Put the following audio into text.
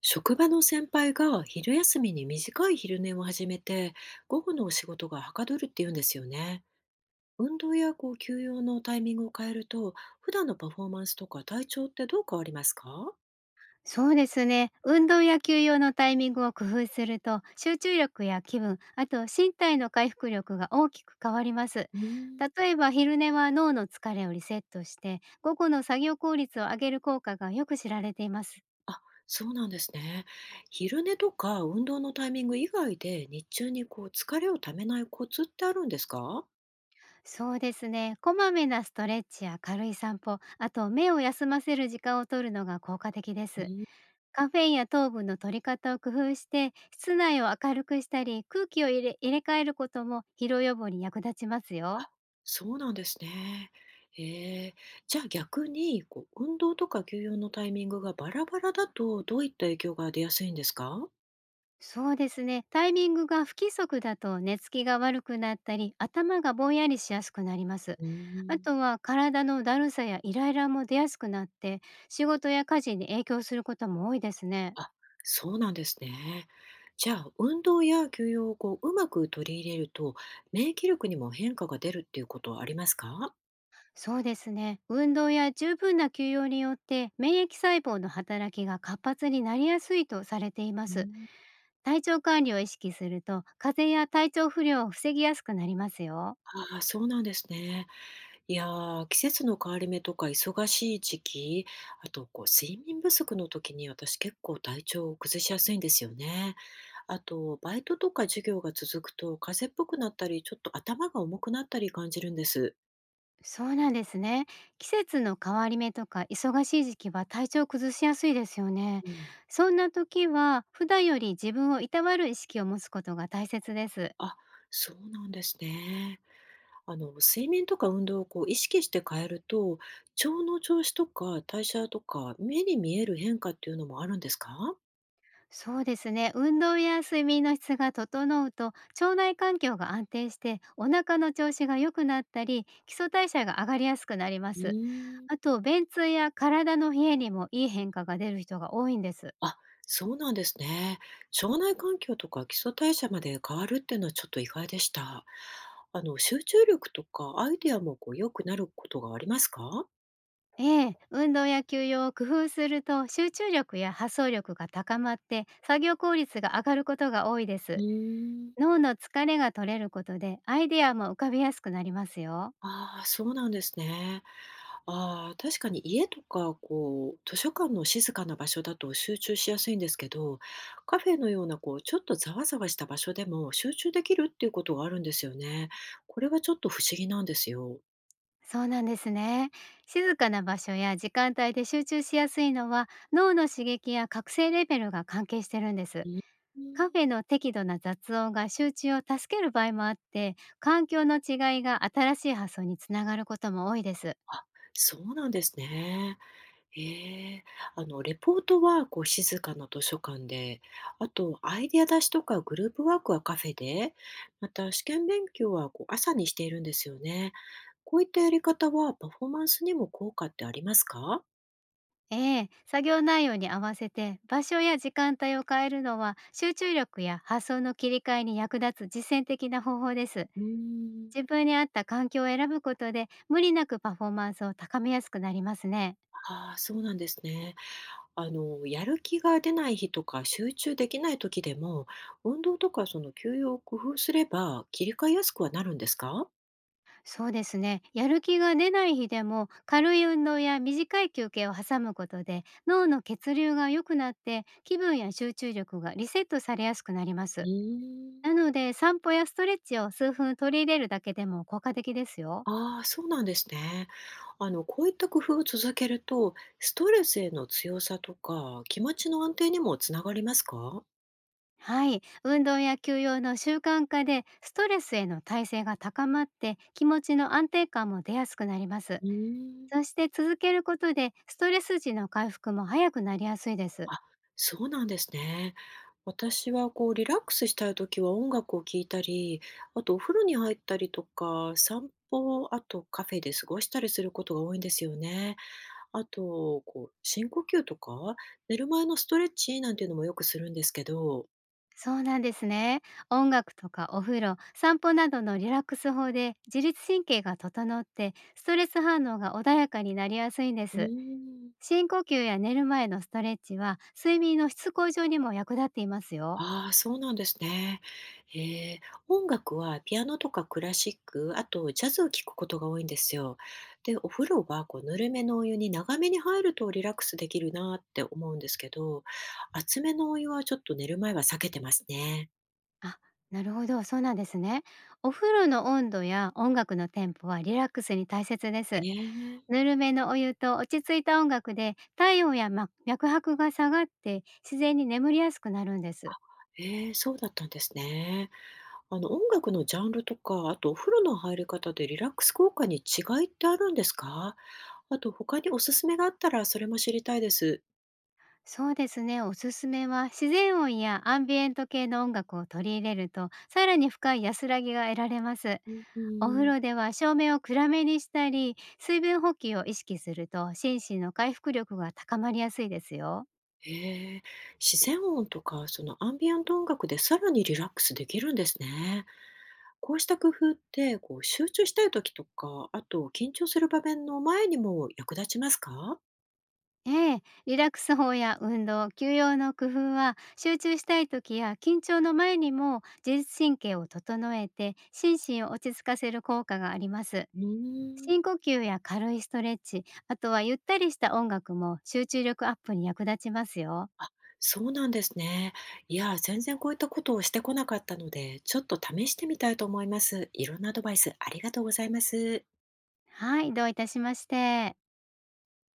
職場の先輩が昼休みに短い昼寝を始めて午後のお仕事がはかどるって言うんですよね。運動や休養のタイミングを変えると普段のパフォーマンスとか体調ってどう変わりますか？そうですね。運動や休養のタイミングを工夫すると、集中力や気分、あと身体の回復力が大きく変わります。うーん。例えば昼寝は脳の疲れをリセットして、午後の作業効率を上げる効果がよく知られています。あ、そうなんですね。昼寝とか運動のタイミング以外で日中に疲れをためないコツってあるんですか？そうですね。こまめなストレッチや軽い散歩、あと目を休ませる時間を取るのが効果的でうす。ー。カフェインや糖分の取り方を工夫して、室内を明るくしたり、空気を入れ替えることも疲労予防に役立ちますよ。あ、そうなんですね。ええ。じゃあ逆に、運動とか休養のタイミングがバラバラだと、どういった影響が出やすいんですか？そうですね。タイミングが不規則だと寝つきが悪くなったり、頭がぼんやりしやすくなります。うーあん。とは体のだるさやイライラも出やすくなって、仕事や家事に影響することも多いですね。あ、そうなんですね。じゃあ、運動や休養をうまく取り入れると、免疫力にも変化が出るっていうことはありますか？そうですね。運動や十分な休養によって免疫細胞の働きが活発になりやすいとされていまうす。ん。体調管理を意識すると、風邪や体調不良を防ぎやすくなりますよ。ああ、そうなんですね。いやー、季節の変わり目とか忙しい時期、あと睡眠不足の時に、私結構体調を崩しやすいんですよね。あと、バイトとか授業が続くと、風邪っぽくなったり、ちょっと頭が重くなったり感じるんです。そうなんですね。季節の変わり目とか忙しい時期は体調を崩しやすいですよね。うん、そんな時は普段より自分をいたわる意識を持つことが大切です。あ、そうなんですね。あの、睡眠とか運動を意識して変えると、腸の調子とか代謝とか、目に見える変化っていうのもあるんですか？そうですね。運動や睡眠の質が整うと、腸内環境が安定して、お腹の調子が良くなったり、基礎代謝が上がりやすくなりまうす。ーあん。と、便通や体の冷えにもいい変化が出る人が多いんです。あ、そうなんですね。腸内環境とか基礎代謝まで変わるっていうのはちょっと意外でした。あの、集中力とかアイデアも良くなることがありますか？ええ、運動や休養を工夫すると、集中力や発想力が高まって、作業効率が上がることが多いでうす。ーん。脳の疲れが取れることで、アイデアも浮かびやすくなりますよ。ああ、そうなんですね。ああ、確かに家とか、図書館の静かな場所だと集中しやすいんですけど、カフェのような、ちょっとざわざわした場所でも集中できるっていうことがあるんですよね。これはちょっと不思議なんですよ。そうなんですね。静かな場所や時間帯で集中しやすいのは、脳の刺激や覚醒レベルが関係してるんです。うん。カフェの適度な雑音が集中を助ける場合もあって、環境の違いが新しい発想につながることも多いです。あ、そうなんですね。ええ、あの、レポートは静かな図書館で、あとアイデア出しとかグループワークはカフェで、また試験勉強は朝にしているんですよね。こういったやり方はパフォーマンスにも効果ってありますか？ええ、作業内容に合わせて場所や時間帯を変えるのは、集中力や発想の切り替えに役立つ実践的な方法です。うーん。自分に合った環境を選ぶことで、無理なくパフォーマンスを高めやすくなりますね。ああ、そうなんですね。あの、やる気が出ない日とか集中できない時でも、運動とかその休養を工夫すれば切り替えやすくはなるんですか？そうですね。やる気が出ない日でも、軽い運動や短い休憩を挟むことで、脳の血流が良くなって、気分や集中力がリセットされやすくなりまうす。ーん。なので、散歩やストレッチを数分取り入れるだけでも効果的ですよ。ああ、そうなんですね。あの、こういった工夫を続けると、ストレスへの強さとか、気持ちの安定にもつながりますか？はい、運動や休養の習慣化でストレスへの耐性が高まって、気持ちの安定感も出やすくなります。うーそん。して、続けることでストレス時の回復も早くなりやすいです。あ、そうなんですね。私はリラックスしたい時は音楽を聴いたり、あとお風呂に入ったりとか、散歩、あとカフェで過ごしたりすることが多いんですよね。あと、深呼吸とか、寝る前のストレッチなんていうのもよくするんですけど、そうなんですね。音楽とかお風呂、散歩などのリラックス法で自律神経が整って、ストレス反応が穏やかになりやすいんでうす。ーん。深呼吸や寝る前のストレッチは睡眠の質向上にも役立っていますよ。ああ、そうなんですね。ええ、音楽はピアノとかクラシック、あとジャズを聴くことが多いんですよ。で、お風呂はぬるめのお湯に長めに入るとリラックスできるなって思うんですけど、熱めのお湯はちょっと寝る前は避けてますね。あ、なるほど、そうなんですね。お風呂の温度や音楽のテンポはリラックスに大切でえす。え、ぬるめのお湯と落ち着いた音楽で体温や脈拍が下がって、自然に眠りやすくなるんです。えそうだったんですね。あの音楽のジャンルとか、あとお風呂の入り方でリラックス効果に違いってあるんですか？あと他におすすめがあったらそれも知りたいです。そうですね、おすすめは自然音やアンビエント系の音楽を取り入れると、さらに深い安らぎが得られます。うんうお風ん。呂では照明を暗めにしたり、水分補給を意識すると、心身の回復力が高まりやすいですよ。へえ、自然音とかそのアンビエント音楽でさらにリラックスできるんですね。こうした工夫って集中したい時とか、あと緊張する場面の前にも役立ちますか？ええ、リラックス法や運動、休養の工夫は集中したい時や緊張の前にも、自律神経を整えて心身を落ち着かせる効果があります。うーん、深呼吸や軽いストレッチ、あとはゆったりした音楽も集中力アップに役立ちますよ。そうなんですね。いや、全然こういったことをしてこなかったので、ちょっと試してみたいと思います。いろんなアドバイスありがとうございます。はい、どういたしまして。